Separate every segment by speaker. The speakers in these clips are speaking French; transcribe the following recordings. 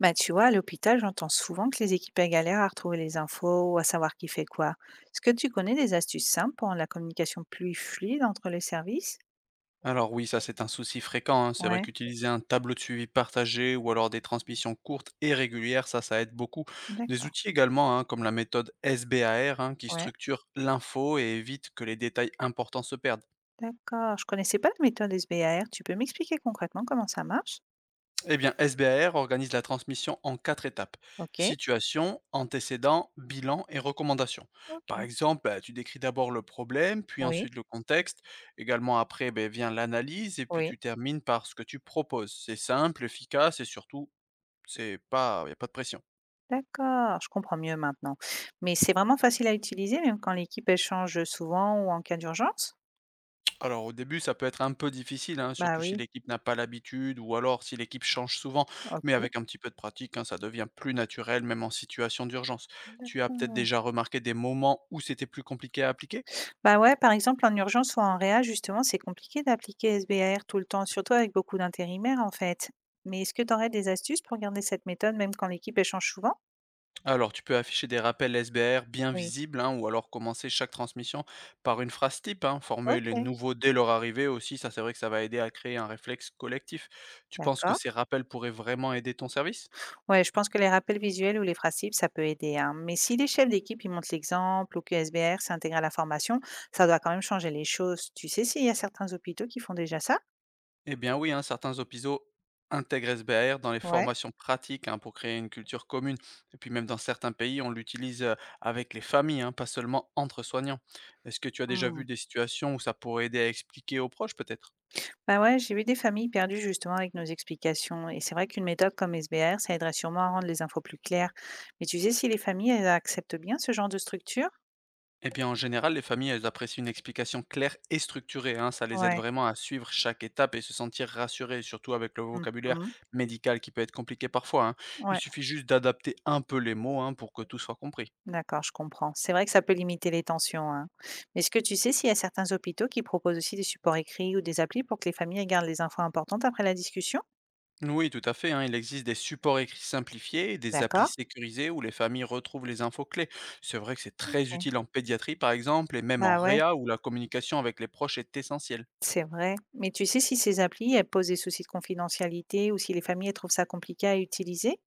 Speaker 1: Bah, tu vois, à l'hôpital, j'entends souvent que les équipes elles galèrent à retrouver les infos ou à savoir qui fait quoi. Est-ce que tu connais des astuces simples pour rendre la communication plus fluide entre les services?
Speaker 2: Alors oui, ça c'est un souci fréquent, hein. C'est vrai
Speaker 1: Ouais,
Speaker 2: qu'utiliser un tableau de suivi partagé ou alors des transmissions courtes et régulières, ça aide beaucoup. Des
Speaker 1: d'accord.
Speaker 2: outils également, hein, comme la méthode SBAR, hein, qui
Speaker 1: Ouais,
Speaker 2: structure l'info et évite que les détails importants se perdent.
Speaker 1: d'accord. Je connaissais pas la méthode S B A R. Tu peux m'expliquer concrètement comment ça marche?
Speaker 2: Eh bien, SBAR organise la transmission en quatre étapes.
Speaker 1: Ok,
Speaker 2: Situation, antécédent, bilan et recommandation. Par
Speaker 1: ok.
Speaker 2: exemple, bah, tu décris d'abord le problème, puis
Speaker 1: Oui,
Speaker 2: ensuite le contexte. Également après, ben, vient l'analyse et puis
Speaker 1: oui.
Speaker 2: tu termines par ce que tu proposes. C'est simple, efficace et surtout. C'est pas, il y a pas de pression.
Speaker 1: D'accord, je comprends mieux maintenant. Mais c'est vraiment facile à utiliser, même quand l'équipe échange souvent ou en cas d'urgence?
Speaker 2: Alors au début, ça peut être un peu difficile, hein,
Speaker 1: Bah
Speaker 2: surtout si
Speaker 1: oui,
Speaker 2: l'équipe n'a pas l'habitude ou alors si l'équipe change souvent, mais
Speaker 1: ok.
Speaker 2: avec un petit peu de pratique, hein, ça devient plus naturel, même en situation d'urgence. Tu as peut-être
Speaker 1: D'accord.
Speaker 2: déjà remarqué des moments où c'était plus compliqué à appliquer?
Speaker 1: Bah, ouais, par exemple, en urgence ou en réa, justement, c'est compliqué d'appliquer SBAR tout le temps, surtout avec beaucoup d'intérimaires, en fait. Mais est-ce que tu aurais des astuces pour garder cette méthode même quand l'équipe échange souvent?
Speaker 2: Alors tu peux afficher des rappels SBR bien
Speaker 1: Oui.
Speaker 2: visibles, hein, ou alors commencer chaque transmission par une phrase type, hein, former les
Speaker 1: Ok.
Speaker 2: nouveaux dès leur arrivée aussi, ça c'est vrai que ça va aider à créer un réflexe collectif. Tu penses que
Speaker 1: D'accord.
Speaker 2: ces rappels pourraient vraiment aider ton service?
Speaker 1: Ouais, je pense que les rappels visuels ou les phrases cibles, ça peut aider, hein. Mais si les chefs d'équipe, ils montrent l'exemple ou que SBR s'intègre à la formation, ça doit quand même changer les choses. Tu sais s'il y a certains hôpitaux qui font déjà ça?
Speaker 2: Eh bien oui, hein, certains hôpitaux intègrent SBR dans les
Speaker 1: Ouais.
Speaker 2: formations pratiques, hein, pour créer une culture commune. Et puis même dans certains pays, on l'utilise avec les familles, hein, pas seulement entre soignants. Est-ce que tu as déjà
Speaker 1: Hmm.
Speaker 2: vu des situations où ça pourrait aider à expliquer aux proches peut-être?
Speaker 1: Bah, ouais, j'ai vu des familles perdues justement avec nos explications. Et c'est vrai qu'une méthode comme SBR, ça aiderait sûrement à rendre les infos plus claires. Mais tu sais si les familles, elles acceptent bien ce genre de structure?
Speaker 2: Eh bien en général, les familles, elles apprécient une explication claire et structurée, hein, ça les aide
Speaker 1: Ouais.
Speaker 2: vraiment à suivre chaque étape et se sentir rassurés, surtout avec le vocabulaire
Speaker 1: Mhm.
Speaker 2: médical qui peut être compliqué parfois, hein. Il
Speaker 1: Ouais,
Speaker 2: suffit juste d'adapter un peu les mots, hein, pour que tout soit compris.
Speaker 1: d'accord, je comprends. C'est vrai que ça peut limiter les tensions, hein. Mais est-ce que tu sais s'il y a certains hôpitaux qui proposent aussi des supports écrits ou des applis pour que les familles elles gardent les infos importantes après la discussion?
Speaker 2: Oui, tout à fait, hein. Il existe des supports écrits simplifiés, et des applis
Speaker 1: D'accord.
Speaker 2: sécurisées où les familles retrouvent les infos clés. C'est vrai que c'est très
Speaker 1: Ok.
Speaker 2: utile en pédiatrie, par exemple, et même en
Speaker 1: Bah ouais,
Speaker 2: réa où la communication avec les proches est essentielle.
Speaker 1: c'est vrai. Mais tu sais si ces applis, elles posent des soucis de confidentialité ou si les familles, elles trouvent ça compliqué à utiliser?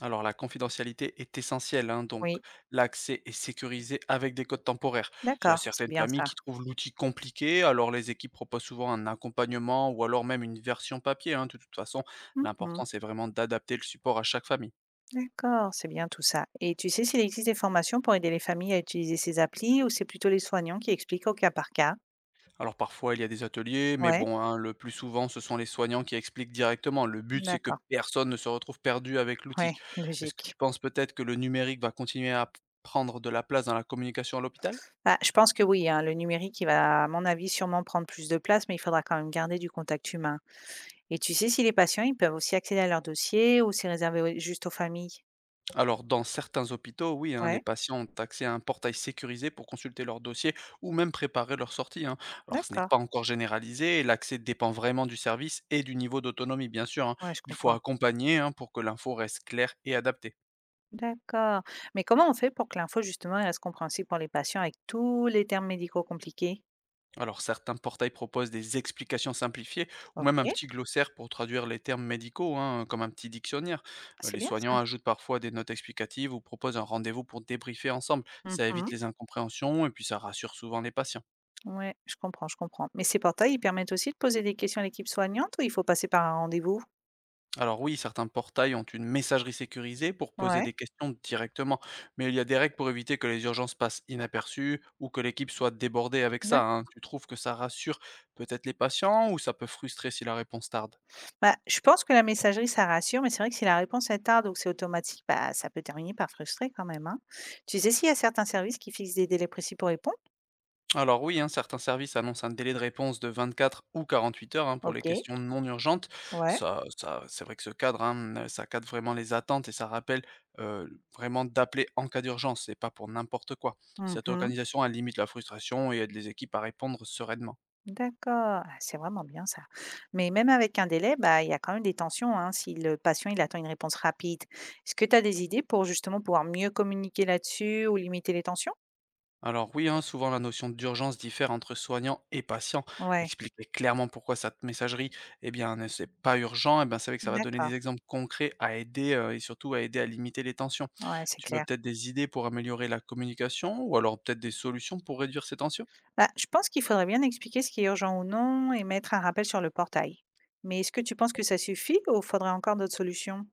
Speaker 2: Alors, la confidentialité est essentielle, hein, donc
Speaker 1: Oui.
Speaker 2: l'accès est sécurisé avec des codes temporaires. Il y a
Speaker 1: D'accord, c'est
Speaker 2: certaines
Speaker 1: bien
Speaker 2: familles
Speaker 1: ça.
Speaker 2: qui trouvent l'outil compliqué, alors les équipes proposent souvent un accompagnement ou alors même une version papier, hein. De toute façon,
Speaker 1: Mmh.
Speaker 2: l'important, c'est vraiment d'adapter le support à chaque famille.
Speaker 1: D'accord, c'est bien tout ça et tu sais s'il existe des formations pour aider les familles à utiliser ces applis ou c'est plutôt les soignants qui expliquent au cas par cas?
Speaker 2: Alors parfois, il y a des ateliers, mais
Speaker 1: Ouais,
Speaker 2: bon, hein, le plus souvent, ce sont les soignants qui expliquent directement. Le but, c'est que
Speaker 1: d'accord,
Speaker 2: personne ne se retrouve perdu avec l'outil.
Speaker 1: ouais,
Speaker 2: Est-ce que
Speaker 1: logique.
Speaker 2: tu penses peut-être que le numérique va continuer à prendre de la place dans la communication à l'hôpital?
Speaker 1: Bah, je pense que oui, hein, le numérique, il va, à mon avis, sûrement prendre plus de place, mais il faudra quand même garder du contact humain et tu sais si les patients, ils peuvent aussi accéder à leurs dossiers ou c'est réservé au juste aux familles?
Speaker 2: Alors, dans certains hôpitaux, oui, hein, les
Speaker 1: Ouais,
Speaker 2: patients ont accès à un portail sécurisé pour consulter leur dossier ou même préparer leur sortie, hein. Alors, ce n'est pas
Speaker 1: d'accord,
Speaker 2: encore généralisé, et l'accès dépend vraiment du service et du niveau d'autonomie, bien sûr, hein.
Speaker 1: ouais, je
Speaker 2: Il faut
Speaker 1: comprends.
Speaker 2: accompagner, hein, pour que l'info reste claire et adaptée.
Speaker 1: D'accord, mais comment on fait pour que l'info, justement, elle reste compréhensible pour les patients avec tous les termes médicaux compliqués?
Speaker 2: Alors certains portails proposent des explications simplifiées ou même un
Speaker 1: OK,
Speaker 2: petit glossaire pour traduire les termes médicaux, hein, comme un petit dictionnaire.
Speaker 1: c'est
Speaker 2: Les
Speaker 1: bien ça.
Speaker 2: soignants ajoutent parfois des notes explicatives ou proposent un rendez-vous pour débriefer ensemble. Ça évite
Speaker 1: Mmh.
Speaker 2: les incompréhensions et puis ça rassure souvent les patients.
Speaker 1: Ouais, je comprends, je comprends. Mais ces portails, ils permettent aussi de poser des questions à l'équipe soignante ou il faut passer par un rendez-vous?
Speaker 2: Alors oui, certains portails ont une messagerie sécurisée pour poser
Speaker 1: Ouais,
Speaker 2: des questions directement, mais il y a des règles pour éviter que les urgences passent inaperçues ou que l'équipe soit débordée avec ça, hein.
Speaker 1: d'accord.
Speaker 2: Tu trouves que ça rassure peut-être les patients ou ça peut frustrer si la réponse tarde?
Speaker 1: Bah, je pense que la messagerie, ça rassure, mais c'est vrai que si la réponse est tarde ou que c'est automatique, bah, ça peut terminer par frustrer quand même, hein. Tu sais s'il y a certains services qui fixent des délais précis pour répondre?
Speaker 2: Alors oui, hein, certains services annoncent un délai de réponse de 24 ou 48 heures, hein, pour les
Speaker 1: OK,
Speaker 2: questions non urgentes.
Speaker 1: ouais.
Speaker 2: Ça, c'est vrai que ce cadre, hein, ça cadre vraiment les attentes et ça rappelle euh, vraiment d'appeler en cas d'urgence et pas pour n'importe quoi. Cette
Speaker 1: Mmh.
Speaker 2: organisation, elle limite la frustration et aide les équipes à répondre sereinement.
Speaker 1: D'accord, ah, c'est vraiment bien ça. Mais même avec un délai, bah, il y a quand même des tensions hein, si le patient il attend une réponse rapide. Est-ce que tu as des idées pour justement pouvoir mieux communiquer là-dessus ou limiter les tensions?
Speaker 2: Alors oui, hein, souvent la notion d'urgence diffère entre soignant et patient.
Speaker 1: Ouais,
Speaker 2: Expliquer clairement pourquoi cette messagerie, eh bien, c'est pas urgent, eh bien, c'est vrai que ça va donner
Speaker 1: d'accord,
Speaker 2: des exemples concrets à aider et surtout à aider à limiter les tensions.
Speaker 1: ouais, c'est
Speaker 2: Tu veux
Speaker 1: clair.
Speaker 2: peut-être des idées pour améliorer la communication ou alors peut-être des solutions pour réduire ces tensions?
Speaker 1: Bah, je pense qu'il faudrait bien expliquer ce qui est urgent ou non et mettre un rappel sur le portail. Mais est-ce que tu penses que ça suffit ou faudrait encore d'autres solutions?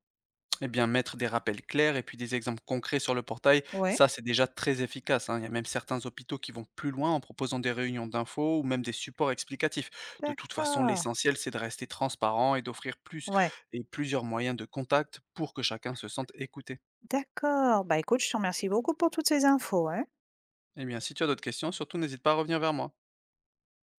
Speaker 2: Eh bien, mettre des rappels clairs et puis des exemples concrets sur le portail,
Speaker 1: Ouais,
Speaker 2: ça c'est déjà très efficace, hein. Il y a même certains hôpitaux qui vont plus loin en proposant des réunions d'infos ou même des supports explicatifs. De toute façon,
Speaker 1: d'accord,
Speaker 2: l'essentiel c'est de rester transparent et d'offrir
Speaker 1: ouais,
Speaker 2: plusieurs moyens de contact pour que chacun se sente écouté.
Speaker 1: d'accord. Bah écoute, je te remercie beaucoup pour toutes ces infos, hein.
Speaker 2: Eh bien, si tu as d'autres questions, surtout n'hésite pas à revenir vers moi.